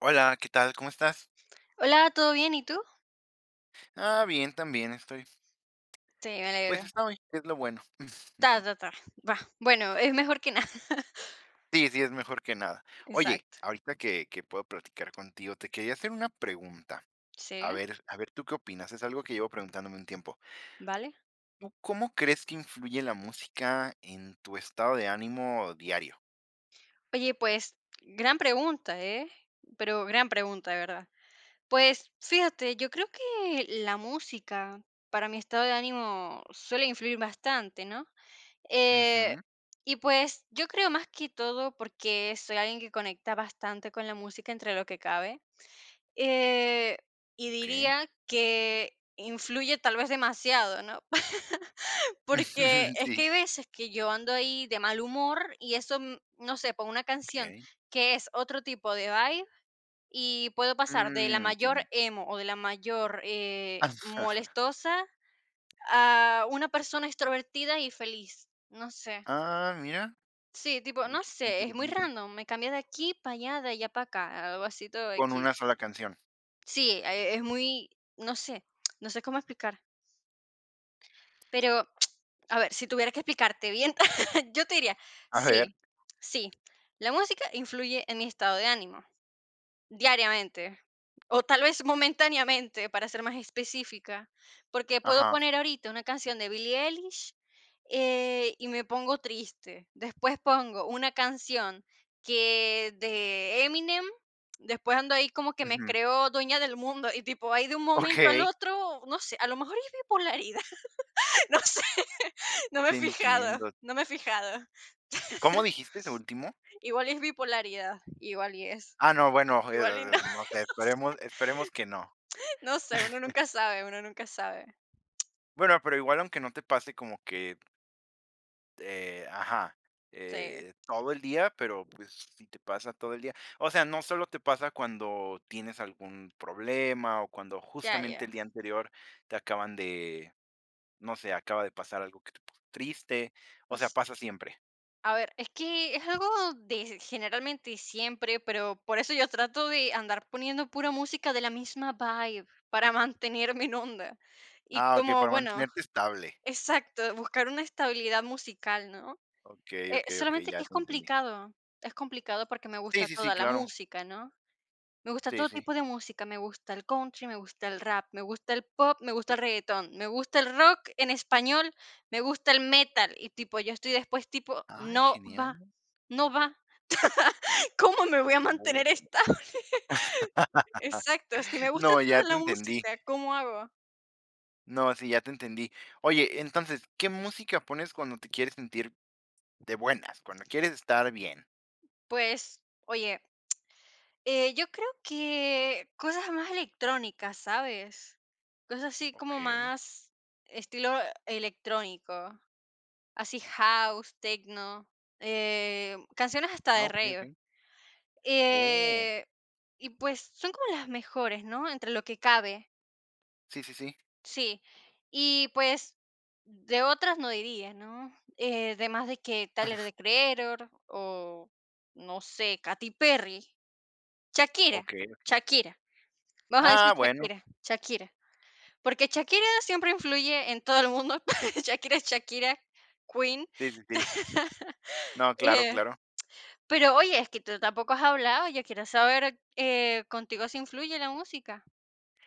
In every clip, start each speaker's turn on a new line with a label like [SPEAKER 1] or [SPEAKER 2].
[SPEAKER 1] Hola, ¿qué tal? ¿Cómo estás?
[SPEAKER 2] Hola, ¿todo bien? ¿Y tú?
[SPEAKER 1] Ah, bien, también estoy.
[SPEAKER 2] Sí, me alegro.
[SPEAKER 1] Pues está bien, es lo bueno.
[SPEAKER 2] Ta, ta, ta. Va. Bueno, es mejor que nada.
[SPEAKER 1] Sí, sí, es mejor que nada. Oye,
[SPEAKER 2] Exacto.
[SPEAKER 1] ahorita que puedo platicar contigo, te quería hacer una pregunta.
[SPEAKER 2] Sí,
[SPEAKER 1] A ver, ¿tú qué opinas? Es algo que llevo preguntándome un tiempo.
[SPEAKER 2] vale.
[SPEAKER 1] ¿Tú cómo crees que influye la música en tu estado de ánimo diario?
[SPEAKER 2] Oye, pues, gran pregunta, ¿eh? Pero gran pregunta, de verdad. Pues, fíjate, yo creo que la música para mi estado de ánimo suele influir bastante, ¿no? Eh,
[SPEAKER 1] Ujú,
[SPEAKER 2] y pues, yo creo más que todo porque soy alguien que conecta bastante con la música entre lo que cabe. Eh, y
[SPEAKER 1] ok.
[SPEAKER 2] diría que influye tal vez demasiado, ¿no? Porque es que
[SPEAKER 1] Sí,
[SPEAKER 2] hay veces que yo ando ahí de mal humor y eso, no sé, pongo una canción
[SPEAKER 1] ok.
[SPEAKER 2] que es otro tipo de vibe y puedo pasar de
[SPEAKER 1] Mm,
[SPEAKER 2] la mayor
[SPEAKER 1] entiendo.
[SPEAKER 2] emo o de la mayor molestosa a una persona extrovertida y feliz. No sé.
[SPEAKER 1] Ah, mira.
[SPEAKER 2] Sí, tipo,
[SPEAKER 1] Oye,
[SPEAKER 2] no sé, es muy
[SPEAKER 1] interesante.
[SPEAKER 2] random, me cambia de aquí para allá, de allá para acá, algo así todo
[SPEAKER 1] Con
[SPEAKER 2] X.
[SPEAKER 1] una sola canción.
[SPEAKER 2] Sí, es muy, no sé, no sé cómo explicar, pero, a ver, si tuviera que explicarte bien, yo te diría,
[SPEAKER 1] A ver.
[SPEAKER 2] sí, sí, la música influye en mi estado de ánimo. Diariamente, o tal vez momentáneamente, para ser más específica, porque puedo
[SPEAKER 1] Ajá,
[SPEAKER 2] poner ahorita una canción de Billie Eilish, y me pongo triste. Después pongo una canción que de Eminem, después ando ahí como que me
[SPEAKER 1] ujú,
[SPEAKER 2] creo dueña del mundo, y tipo, ahí de un momento al
[SPEAKER 1] ok.
[SPEAKER 2] otro, no sé, a lo mejor es bipolaridad, no sé, no me he
[SPEAKER 1] Te
[SPEAKER 2] fijado,
[SPEAKER 1] entiendo.
[SPEAKER 2] no me he fijado.
[SPEAKER 1] ¿Cómo dijiste ese último?
[SPEAKER 2] Igual y es bipolaridad, igual y es,
[SPEAKER 1] Ah, no, bueno,
[SPEAKER 2] igual y no,
[SPEAKER 1] no sé, esperemos que no.
[SPEAKER 2] no sé, uno nunca sabe, uno nunca sabe.
[SPEAKER 1] Bueno, pero igual aunque no te pase como que, ajá,
[SPEAKER 2] Sí.
[SPEAKER 1] todo el día, pero, pues, si te pasa todo el día. O sea, no solo te pasa cuando tienes algún problema o cuando
[SPEAKER 2] Ya,
[SPEAKER 1] justamente el
[SPEAKER 2] ya.
[SPEAKER 1] día anterior te acaban de, no sé, acaba de pasar algo que te puso triste, o sea,
[SPEAKER 2] Pues,
[SPEAKER 1] pasa siempre.
[SPEAKER 2] a ver, es que es algo de generalmente siempre, pero por eso yo trato de andar poniendo pura música de la misma vibe para mantenerme en onda. Y
[SPEAKER 1] Ah, okey,
[SPEAKER 2] como,
[SPEAKER 1] para
[SPEAKER 2] bueno,
[SPEAKER 1] mantenerte estable.
[SPEAKER 2] exacto, buscar una estabilidad musical, ¿no?
[SPEAKER 1] Okey, okey, okey,
[SPEAKER 2] Solamente que
[SPEAKER 1] ya te entendí.
[SPEAKER 2] es complicado porque me
[SPEAKER 1] Sí,
[SPEAKER 2] gusta
[SPEAKER 1] sí, sí,
[SPEAKER 2] toda la
[SPEAKER 1] claro.
[SPEAKER 2] música, ¿no? Me gusta
[SPEAKER 1] Sí,
[SPEAKER 2] todo
[SPEAKER 1] sí.
[SPEAKER 2] tipo de música, me gusta el country, me gusta el rap, me gusta el pop, me gusta el reggaetón, me gusta el rock en español, me gusta el metal y tipo, yo estoy después tipo,
[SPEAKER 1] Ay,
[SPEAKER 2] no va,
[SPEAKER 1] genial.
[SPEAKER 2] no va. ¿Cómo me voy a mantener
[SPEAKER 1] Oh.
[SPEAKER 2] esta? Exacto, si me gusta
[SPEAKER 1] No, ya
[SPEAKER 2] toda
[SPEAKER 1] te
[SPEAKER 2] la
[SPEAKER 1] entendí.
[SPEAKER 2] música, ¿cómo hago?
[SPEAKER 1] No, sí, ya te entendí. Oye, entonces, ¿qué música pones cuando te quieres sentir de buenas? Cuando quieres estar bien.
[SPEAKER 2] Pues, oye, yo creo que cosas más electrónicas, ¿sabes? Cosas así como
[SPEAKER 1] Okey.
[SPEAKER 2] más estilo electrónico. Así house, techno, canciones hasta
[SPEAKER 1] Ah,
[SPEAKER 2] de
[SPEAKER 1] okey,
[SPEAKER 2] rave.
[SPEAKER 1] okey. Oh,
[SPEAKER 2] Eh, y pues son como las mejores, ¿no? Entre lo que cabe,
[SPEAKER 1] sí, sí, sí.
[SPEAKER 2] sí. Y pues de otras no diría, ¿no? Además de que Tyler the Creator o no sé, Katy Perry, Shakira,
[SPEAKER 1] Okey.
[SPEAKER 2] Shakira. Vamos a decir
[SPEAKER 1] Ah, bueno.
[SPEAKER 2] Shakira, Shakira. Porque Shakira siempre influye en todo el mundo. Shakira es Shakira, Queen.
[SPEAKER 1] Sí, sí, sí. No, claro,
[SPEAKER 2] eh,
[SPEAKER 1] claro.
[SPEAKER 2] Pero oye, es que tú tampoco has hablado, yo quiero saber, ¿contigo sí influye la música?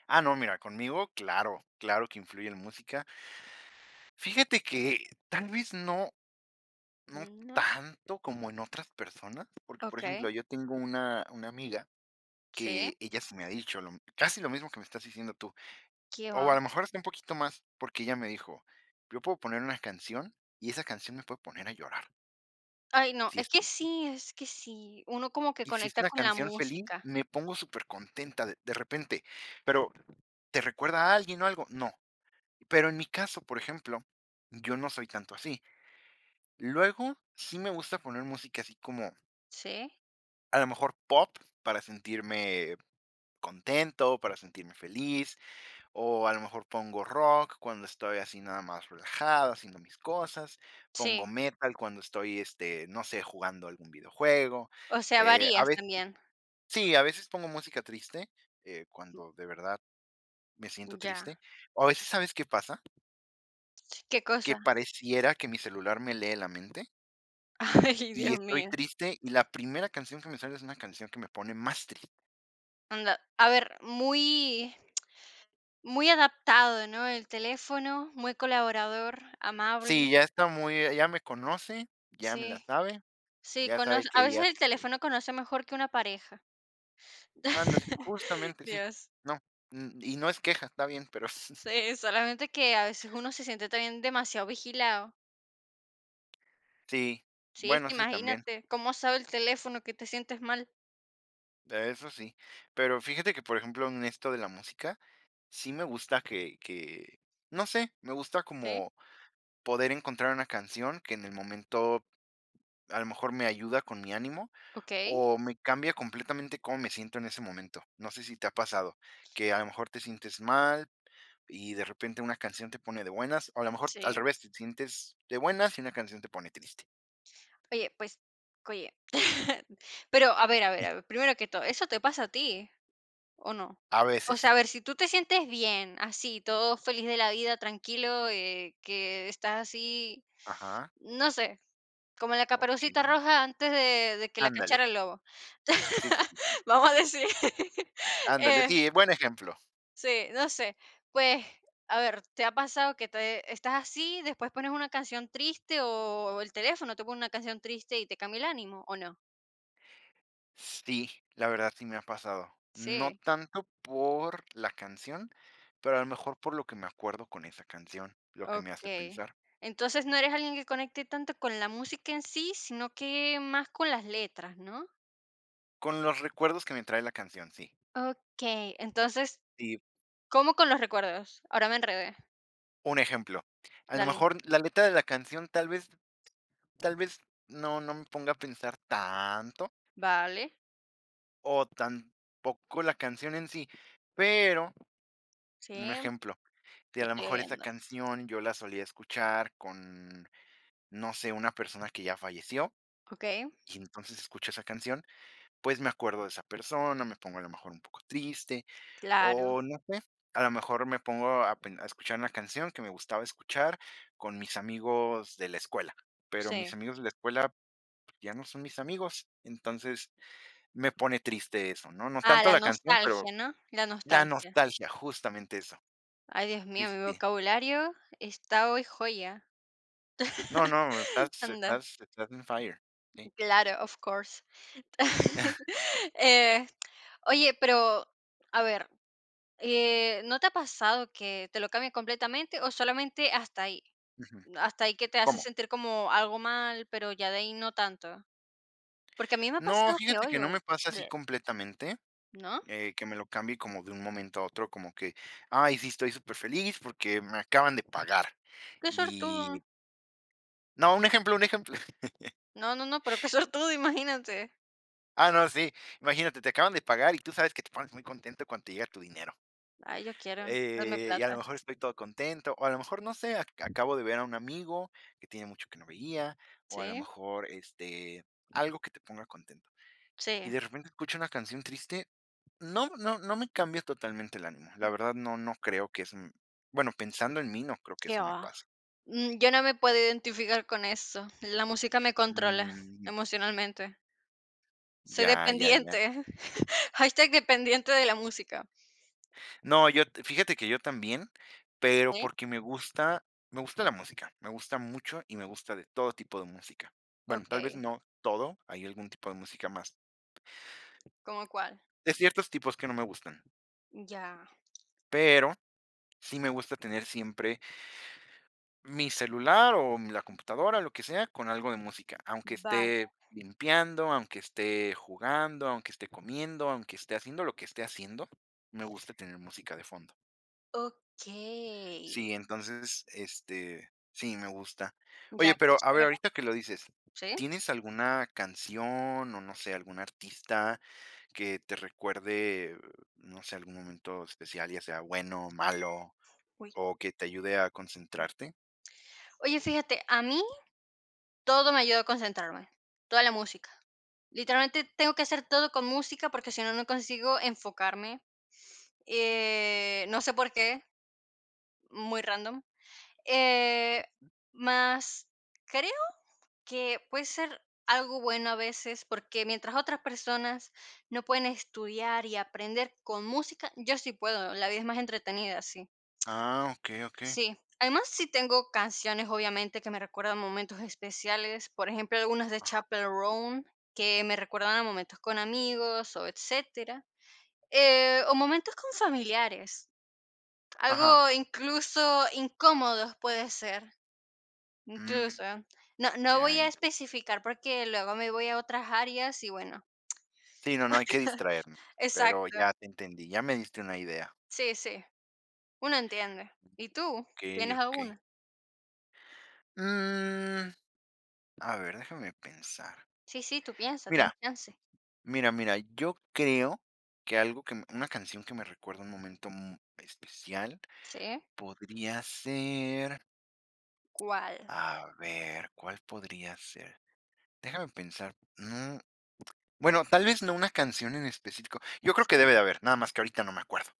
[SPEAKER 1] Ah, no, mira, conmigo, claro, claro que influye en música. Fíjate que tal vez no
[SPEAKER 2] No.
[SPEAKER 1] tanto como en otras personas, porque, por
[SPEAKER 2] Okey,
[SPEAKER 1] ejemplo, yo tengo una amiga
[SPEAKER 2] sí.
[SPEAKER 1] que ella sí me ha dicho lo casi lo mismo que me estás diciendo tú,
[SPEAKER 2] ¿Qué
[SPEAKER 1] o
[SPEAKER 2] va?
[SPEAKER 1] a lo mejor hasta un poquito más, porque ella me dijo: "Yo puedo poner una canción y esa canción me puede poner a llorar,
[SPEAKER 2] Ay, no,
[SPEAKER 1] si es triste,
[SPEAKER 2] es que sí, uno como que
[SPEAKER 1] y si es
[SPEAKER 2] conecta
[SPEAKER 1] una
[SPEAKER 2] con la
[SPEAKER 1] canción feliz,
[SPEAKER 2] música,
[SPEAKER 1] me pongo supercontenta de repente, pero, ¿te recuerda a alguien o algo? No". Pero en mi caso, por ejemplo, yo no soy tanto así. Luego, sí me gusta poner música así como,
[SPEAKER 2] ¿sí?
[SPEAKER 1] a lo mejor pop, para sentirme contento, para sentirme feliz. O a lo mejor pongo rock cuando estoy así nada más relajado, haciendo mis cosas. Pongo
[SPEAKER 2] Sí,
[SPEAKER 1] metal cuando estoy, este, no sé, jugando algún videojuego.
[SPEAKER 2] o sea,
[SPEAKER 1] A
[SPEAKER 2] varías
[SPEAKER 1] veces,
[SPEAKER 2] también.
[SPEAKER 1] sí, a veces pongo música triste, cuando de verdad me siento
[SPEAKER 2] Ya,
[SPEAKER 1] triste. O a veces, ¿sabes qué pasa?
[SPEAKER 2] sí, qué
[SPEAKER 1] Que
[SPEAKER 2] cosa.
[SPEAKER 1] pareciera que mi celular me lee la mente
[SPEAKER 2] Ay,
[SPEAKER 1] y
[SPEAKER 2] Dios
[SPEAKER 1] estoy
[SPEAKER 2] mío.
[SPEAKER 1] triste y la primera canción que me sale es una canción que me pone más triste.
[SPEAKER 2] Anda, a ver, muy muy adaptado, ¿no? El teléfono, muy colaborador, amable,
[SPEAKER 1] Sí, ya está muy, ya me conoce, ya me la
[SPEAKER 2] sí,
[SPEAKER 1] sabe,
[SPEAKER 2] sí,
[SPEAKER 1] ya sabe
[SPEAKER 2] conoce
[SPEAKER 1] qué
[SPEAKER 2] a veces
[SPEAKER 1] día.
[SPEAKER 2] el teléfono conoce mejor que una pareja.
[SPEAKER 1] Ándale, justamente sí.
[SPEAKER 2] Dios.
[SPEAKER 1] No, mm, y no es queja, está bien, pero
[SPEAKER 2] Sí, solamente que a veces uno se siente también demasiado vigilado.
[SPEAKER 1] sí,
[SPEAKER 2] Sí, es
[SPEAKER 1] bueno,
[SPEAKER 2] que
[SPEAKER 1] sí, también,
[SPEAKER 2] imagínate, ¿cómo sabe el teléfono que te sientes mal?
[SPEAKER 1] eso sí. Pero fíjate que, por ejemplo, en esto de la música, sí me gusta que, no sé, me gusta
[SPEAKER 2] Sí,
[SPEAKER 1] como poder encontrar una canción que en el momento a lo mejor me ayuda con mi ánimo
[SPEAKER 2] ok,
[SPEAKER 1] o me cambia completamente cómo me siento en ese momento. No sé si te ha pasado, que a lo mejor te sientes mal y de repente una canción te pone de buenas, o a lo mejor al
[SPEAKER 2] sí.
[SPEAKER 1] revés, te sientes de buenas y una canción te pone triste.
[SPEAKER 2] Oye, pues, oye. Pero, a ver, a ver, a ver, primero que todo, ¿eso te pasa a ti o no?
[SPEAKER 1] A
[SPEAKER 2] O sea,
[SPEAKER 1] veces.
[SPEAKER 2] a ver, si tú te sientes bien, así, todo feliz de la vida, tranquilo, que estás así,
[SPEAKER 1] Ajá,
[SPEAKER 2] no sé, como la caperucita
[SPEAKER 1] okey.
[SPEAKER 2] roja antes de que la
[SPEAKER 1] Ándale.
[SPEAKER 2] cachara el lobo,
[SPEAKER 1] Sí, sí, sí.
[SPEAKER 2] vamos a decir.
[SPEAKER 1] Ándale.
[SPEAKER 2] eh,
[SPEAKER 1] Sí, buen ejemplo.
[SPEAKER 2] Sí, no sé. Pues, a ver, ¿te ha pasado que te estás así, después pones una canción triste o el teléfono te pone una canción triste y te cambia el ánimo o no?
[SPEAKER 1] Sí, la verdad sí me ha pasado. No
[SPEAKER 2] Sí,
[SPEAKER 1] tanto por la canción, pero a lo mejor por lo que me acuerdo con esa canción, lo que me hace
[SPEAKER 2] ok.
[SPEAKER 1] pensar.
[SPEAKER 2] Entonces no eres alguien que conecte tanto con la música en sí, sino que más con las letras, ¿no?
[SPEAKER 1] Con los recuerdos que me trae la canción, sí.
[SPEAKER 2] Ok, entonces,
[SPEAKER 1] Sí,
[SPEAKER 2] ¿cómo con los recuerdos? Ahora me enredé.
[SPEAKER 1] un ejemplo. A lo
[SPEAKER 2] Dale.
[SPEAKER 1] mejor la letra de la canción tal vez no me ponga a pensar tanto,
[SPEAKER 2] Vale,
[SPEAKER 1] o tampoco la canción en sí, pero
[SPEAKER 2] sí,
[SPEAKER 1] un ejemplo. Sí,
[SPEAKER 2] te
[SPEAKER 1] a lo
[SPEAKER 2] estoy
[SPEAKER 1] mejor esa
[SPEAKER 2] viendo.
[SPEAKER 1] canción yo la solía escuchar con, no sé, una persona que ya falleció,
[SPEAKER 2] Ok,
[SPEAKER 1] y entonces escucho esa canción, pues me acuerdo de esa persona, me pongo a lo mejor un poco triste,
[SPEAKER 2] claro,
[SPEAKER 1] o no sé, a lo mejor me pongo a escuchar una canción que me gustaba escuchar con mis amigos de la escuela, pero mis
[SPEAKER 2] sí.
[SPEAKER 1] amigos de la escuela pues, ya no son mis amigos, entonces me pone triste eso, ¿no? No
[SPEAKER 2] Ah,
[SPEAKER 1] tanto
[SPEAKER 2] la
[SPEAKER 1] la canción, pero
[SPEAKER 2] nostalgia, ¿no? La
[SPEAKER 1] la
[SPEAKER 2] nostalgia.
[SPEAKER 1] nostalgia, justamente eso.
[SPEAKER 2] Ay, Dios
[SPEAKER 1] Sí,
[SPEAKER 2] mío,
[SPEAKER 1] sí,
[SPEAKER 2] mi
[SPEAKER 1] sí.
[SPEAKER 2] vocabulario está hoy joya.
[SPEAKER 1] No, no,
[SPEAKER 2] Anda,
[SPEAKER 1] estás en fire. Sí.
[SPEAKER 2] claro, of course. Eh, oye, pero a ver, ¿no te ha pasado que te lo cambie completamente o solamente hasta ahí?
[SPEAKER 1] Ujú.
[SPEAKER 2] Hasta ahí que te hace
[SPEAKER 1] ¿Cómo?
[SPEAKER 2] sentir como algo mal, pero ya de ahí no tanto. Porque a mí me ha
[SPEAKER 1] No,
[SPEAKER 2] pasado que
[SPEAKER 1] fíjate que
[SPEAKER 2] oigo
[SPEAKER 1] no me
[SPEAKER 2] y,
[SPEAKER 1] pasa así
[SPEAKER 2] bleh,
[SPEAKER 1] completamente,
[SPEAKER 2] ¿no?
[SPEAKER 1] que me lo cambie como de un momento a otro, como que, ay, sí, estoy súper feliz porque me acaban de pagar.
[SPEAKER 2] Qué
[SPEAKER 1] Y
[SPEAKER 2] sortudo.
[SPEAKER 1] no, un ejemplo, un ejemplo.
[SPEAKER 2] No, no, no, pero qué sortudo, imagínate.
[SPEAKER 1] Ah, no, sí, imagínate, te acaban de pagar y tú sabes que te pones muy contento cuando te llega tu dinero.
[SPEAKER 2] Ay, yo quiero, dame
[SPEAKER 1] Y a lo
[SPEAKER 2] plata.
[SPEAKER 1] mejor estoy todo contento, o a lo mejor, no sé, acabo de ver a un amigo que tiene mucho que no veía, o a lo
[SPEAKER 2] Sí,
[SPEAKER 1] mejor, este, algo que te ponga contento. Y
[SPEAKER 2] sí.
[SPEAKER 1] de repente escucho una canción triste. No, no, no me cambia totalmente el ánimo. La verdad, no, no creo que bueno, pensando en mí, no creo que
[SPEAKER 2] ¿Qué
[SPEAKER 1] eso me
[SPEAKER 2] va?
[SPEAKER 1] pase.
[SPEAKER 2] Yo no me puedo identificar con eso. La música me controla
[SPEAKER 1] Mm,
[SPEAKER 2] emocionalmente. Soy
[SPEAKER 1] ya, ya, ya.
[SPEAKER 2] dependiente. Hashtag dependiente de la música.
[SPEAKER 1] No, yo, fíjate que yo también, pero
[SPEAKER 2] ¿Sí?
[SPEAKER 1] porque me gusta la música, me gusta mucho y me gusta de todo tipo de música. Bueno, tal vez
[SPEAKER 2] Okey,
[SPEAKER 1] no todo, hay algún tipo de música más.
[SPEAKER 2] ¿cómo cuál?
[SPEAKER 1] De ciertos tipos que no me gustan,
[SPEAKER 2] Ya,
[SPEAKER 1] pero sí me gusta tener siempre mi celular o la computadora, lo que sea, con algo de música, aunque
[SPEAKER 2] vale,
[SPEAKER 1] esté limpiando, aunque esté jugando, aunque esté comiendo, aunque esté haciendo lo que esté haciendo, me gusta tener música de fondo.
[SPEAKER 2] okey.
[SPEAKER 1] Sí, entonces, este, sí, me gusta. Oye,
[SPEAKER 2] Ya, qué
[SPEAKER 1] pero a ver,
[SPEAKER 2] chévere,
[SPEAKER 1] ahorita que lo dices,
[SPEAKER 2] ¿sí?
[SPEAKER 1] ¿tienes alguna canción o no sé, algún artista que te recuerde, no sé, algún momento especial, ya sea bueno o malo,
[SPEAKER 2] Uy.
[SPEAKER 1] o que te ayude a concentrarte?
[SPEAKER 2] Oye, fíjate, a mí todo me ayuda a concentrarme, toda la música. Literalmente tengo que hacer todo con música porque si no, no consigo enfocarme, no sé por qué, muy random. Eh, más creo que puede ser algo bueno a veces, porque mientras otras personas no pueden estudiar y aprender con música, yo sí puedo, la vida es más entretenida sí.
[SPEAKER 1] Ah, ok, ok.
[SPEAKER 2] Sí. Además, sí tengo canciones, obviamente, que me recuerdan momentos especiales, por ejemplo, algunas de
[SPEAKER 1] Ajá.
[SPEAKER 2] Chapel Roan, que me recuerdan a momentos con amigos o etcétera, o momentos con familiares,
[SPEAKER 1] Ajá.
[SPEAKER 2] algo incluso incómodos puede ser.
[SPEAKER 1] Mm,
[SPEAKER 2] Incluso, no
[SPEAKER 1] ya,
[SPEAKER 2] voy a
[SPEAKER 1] ya.
[SPEAKER 2] especificar porque luego me voy a otras áreas y bueno,
[SPEAKER 1] Sí, no, no hay que distraernos, pero
[SPEAKER 2] exacto,
[SPEAKER 1] ya te entendí, ya me diste una idea.
[SPEAKER 2] sí, sí, uno entiende. ¿Y tú?
[SPEAKER 1] Okey,
[SPEAKER 2] ¿Tienes
[SPEAKER 1] okey.
[SPEAKER 2] alguna?
[SPEAKER 1] Mm, a ver, déjame pensar.
[SPEAKER 2] Sí, sí, tú piensa, tienes
[SPEAKER 1] Mira,
[SPEAKER 2] chance.
[SPEAKER 1] Mira, yo creo que algo que una canción que me recuerda un momento mu especial
[SPEAKER 2] Sí,
[SPEAKER 1] podría ser,
[SPEAKER 2] ¿cuál?
[SPEAKER 1] a ver, ¿cuál podría ser? Déjame pensar, mm, bueno, tal vez no una canción en específico. Yo creo que
[SPEAKER 2] Sí.
[SPEAKER 1] debe de haber, nada más que ahorita no me acuerdo,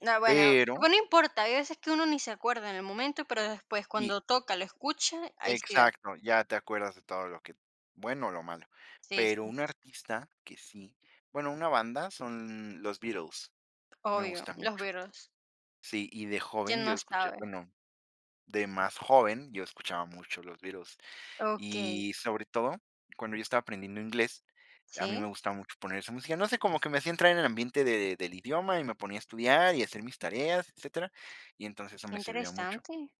[SPEAKER 2] No, bueno,
[SPEAKER 1] pero
[SPEAKER 2] pero no importa, hay veces que uno ni se acuerda en el momento, pero después
[SPEAKER 1] y
[SPEAKER 2] cuando toca, lo escucha, ahí sí da.
[SPEAKER 1] exacto, ya te acuerdas de todo lo que bueno o lo malo.
[SPEAKER 2] Sí,
[SPEAKER 1] Pero
[SPEAKER 2] sí,
[SPEAKER 1] un artista que sí, bueno, una banda son los Beatles, me
[SPEAKER 2] obvio,
[SPEAKER 1] gusta
[SPEAKER 2] los
[SPEAKER 1] mucho.
[SPEAKER 2] virus,
[SPEAKER 1] Sí, y de
[SPEAKER 2] ¿quién
[SPEAKER 1] joven yo
[SPEAKER 2] no
[SPEAKER 1] escuchaba,
[SPEAKER 2] sabe?
[SPEAKER 1] bueno, de más joven yo escuchaba mucho los Beatles.
[SPEAKER 2] Okey,
[SPEAKER 1] Y sobre todo, cuando yo estaba aprendiendo inglés, a mí me
[SPEAKER 2] sí,
[SPEAKER 1] gustaba mucho poner esa música. No sé, como que me hacía entrar en el ambiente de del idioma y me ponía a estudiar y a hacer mis tareas, etcétera, y entonces eso
[SPEAKER 2] qué
[SPEAKER 1] me sirvió mucho.
[SPEAKER 2] interesante.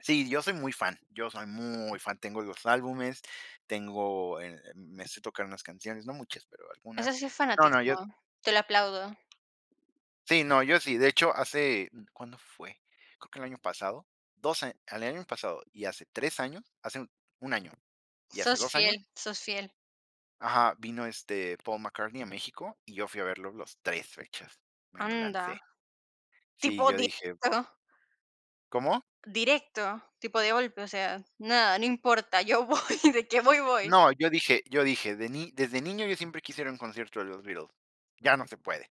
[SPEAKER 1] Sí, yo soy muy fan, yo soy muy fan, tengo los álbumes, tengo, me sé tocar unas canciones, no muchas, pero algunas.
[SPEAKER 2] Eso sí es
[SPEAKER 1] No, no,
[SPEAKER 2] fanatismo,
[SPEAKER 1] yo
[SPEAKER 2] te lo aplaudo.
[SPEAKER 1] sí, no, yo sí, de hecho, hace, mm, ¿cuándo fue? Creo que el año pasado, el año pasado y hace 3 años, hace un año y hace
[SPEAKER 2] Sos
[SPEAKER 1] 2 años,
[SPEAKER 2] fiel, sos fiel.
[SPEAKER 1] ajá, vino, este, Paul McCartney a México y yo fui a verlo los 3 fechas, me lo
[SPEAKER 2] Anda,
[SPEAKER 1] lancé. Sí,
[SPEAKER 2] tipo
[SPEAKER 1] yo dije
[SPEAKER 2] directo,
[SPEAKER 1] ¿cómo?
[SPEAKER 2] directo, tipo de golpe, o sea, nada, no importa, yo voy, de que voy, voy.
[SPEAKER 1] No, yo dije, de ni desde niño yo siempre quise ir a un concierto de los Beatles, ya no se puede.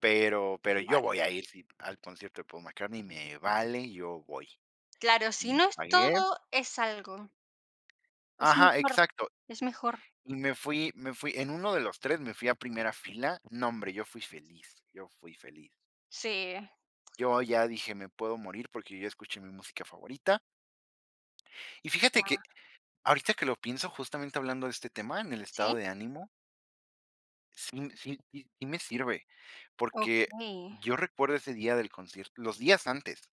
[SPEAKER 1] Pero yo
[SPEAKER 2] Claro,
[SPEAKER 1] voy a ir sí al concierto de Paul McCartney, me vale, yo voy.
[SPEAKER 2] claro, si
[SPEAKER 1] Y
[SPEAKER 2] no es
[SPEAKER 1] pagué
[SPEAKER 2] todo, es algo, es
[SPEAKER 1] ajá,
[SPEAKER 2] mejor,
[SPEAKER 1] exacto.
[SPEAKER 2] es mejor.
[SPEAKER 1] Y me fui en uno de los tres, me fui a primera fila. No, hombre, yo fui feliz, yo fui feliz.
[SPEAKER 2] Sí, ya,
[SPEAKER 1] Yo ya dije: "Me puedo morir", porque yo escuché mi música favorita. Y fíjate que ahorita que lo pienso, justamente hablando de este tema, en el estado
[SPEAKER 2] ¿sí?
[SPEAKER 1] de ánimo, sí m sí sí sí me sirve, porque
[SPEAKER 2] Okey,
[SPEAKER 1] yo recuerdo ese día del concierto los días antes.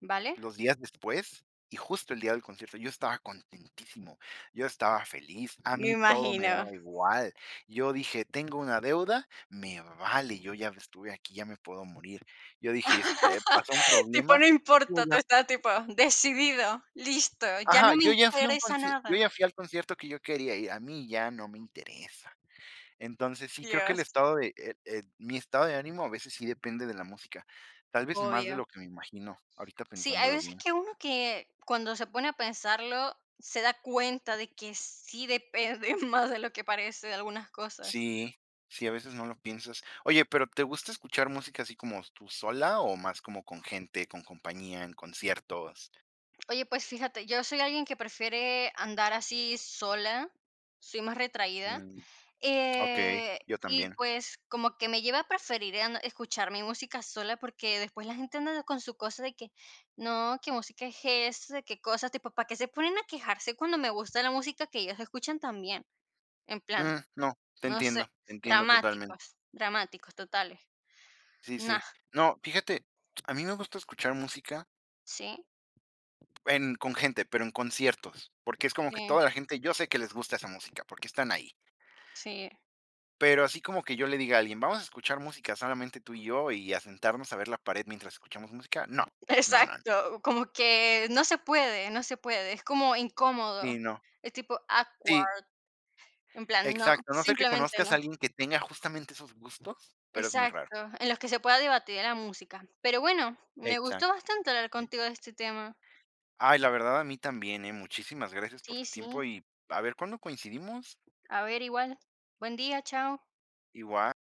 [SPEAKER 2] vale,
[SPEAKER 1] Los días después, y justo el día del concierto, yo estaba contentísimo, yo estaba feliz, a
[SPEAKER 2] me
[SPEAKER 1] mí todo me
[SPEAKER 2] imagino.
[SPEAKER 1] daba igual. Yo dije: "Tengo una deuda, me vale, yo ya estuve aquí, ya me puedo morir". Yo dije: "Este, pasó un
[SPEAKER 2] Tipo,
[SPEAKER 1] problema,
[SPEAKER 2] no
[SPEAKER 1] yo
[SPEAKER 2] importa,
[SPEAKER 1] ya",
[SPEAKER 2] tú estás tipo decidido, listo, ya
[SPEAKER 1] ajá,
[SPEAKER 2] no me interesa
[SPEAKER 1] yo
[SPEAKER 2] nada.
[SPEAKER 1] ya fui al concierto que yo quería ir, a mí ya no me interesa. Entonces, sí, creo que el
[SPEAKER 2] Dios,
[SPEAKER 1] estado de mi estado de ánimo a veces sí depende de la música, tal vez más de
[SPEAKER 2] obvio.
[SPEAKER 1] lo que me imagino, ahorita
[SPEAKER 2] Sí, hay
[SPEAKER 1] pensándolo
[SPEAKER 2] veces
[SPEAKER 1] bien.
[SPEAKER 2] que cuando se pone a pensarlo se da cuenta de que sí depende más de lo que parece de algunas cosas.
[SPEAKER 1] Sí, sí, a veces no lo piensas. Oye, pero ¿te gusta escuchar música así como tú sola o más como con gente, con compañía, en conciertos?
[SPEAKER 2] Oye, pues fíjate, yo soy alguien que prefiere andar así sola, soy más retraída,
[SPEAKER 1] Mm, ok, yo
[SPEAKER 2] y
[SPEAKER 1] también.
[SPEAKER 2] pues como que me lleva a preferir escuchar mi música sola porque después la gente anda con su cosa de que, no, qué música es esa, qué cosas, tipo, ¿para qué se ponen a quejarse cuando me gusta la música que ellos escuchan también? En plan.
[SPEAKER 1] Mm, no,
[SPEAKER 2] No sé,
[SPEAKER 1] te entiendo totalmente.
[SPEAKER 2] dramáticos, dramáticos totales.
[SPEAKER 1] Sí,
[SPEAKER 2] Nah,
[SPEAKER 1] sí. No, fíjate, a mí me gusta escuchar música
[SPEAKER 2] sí,
[SPEAKER 1] en, con gente, pero en conciertos, porque es como que toda
[SPEAKER 2] sí,
[SPEAKER 1] la gente, yo sé que les gusta esa música, porque están ahí.
[SPEAKER 2] sí.
[SPEAKER 1] Pero así como que yo le diga a alguien, vamos a escuchar música solamente tú y yo y a sentarnos a ver la pared mientras escuchamos música, no, no, no, no.
[SPEAKER 2] Exacto, como que no se puede, no se puede, es como incómodo,
[SPEAKER 1] Sí, no.
[SPEAKER 2] es tipo
[SPEAKER 1] Sí,
[SPEAKER 2] awkward, en plan, no,
[SPEAKER 1] exacto, a no ser que
[SPEAKER 2] simplemente
[SPEAKER 1] conozcas
[SPEAKER 2] no.
[SPEAKER 1] a alguien que tenga justamente esos gustos, pero es muy raro.
[SPEAKER 2] Exacto, en los que se pueda debatir la música. Pero bueno, me gustó
[SPEAKER 1] Exacto,
[SPEAKER 2] bastante hablar
[SPEAKER 1] sí.
[SPEAKER 2] contigo de este tema.
[SPEAKER 1] Ay, la verdad a mí también, ¿eh? Muchísimas gracias por
[SPEAKER 2] Sí,
[SPEAKER 1] tu tiempo
[SPEAKER 2] sí,
[SPEAKER 1] y a ver cuándo coincidimos,
[SPEAKER 2] a ver, igual. Buen día, chao.
[SPEAKER 1] igual.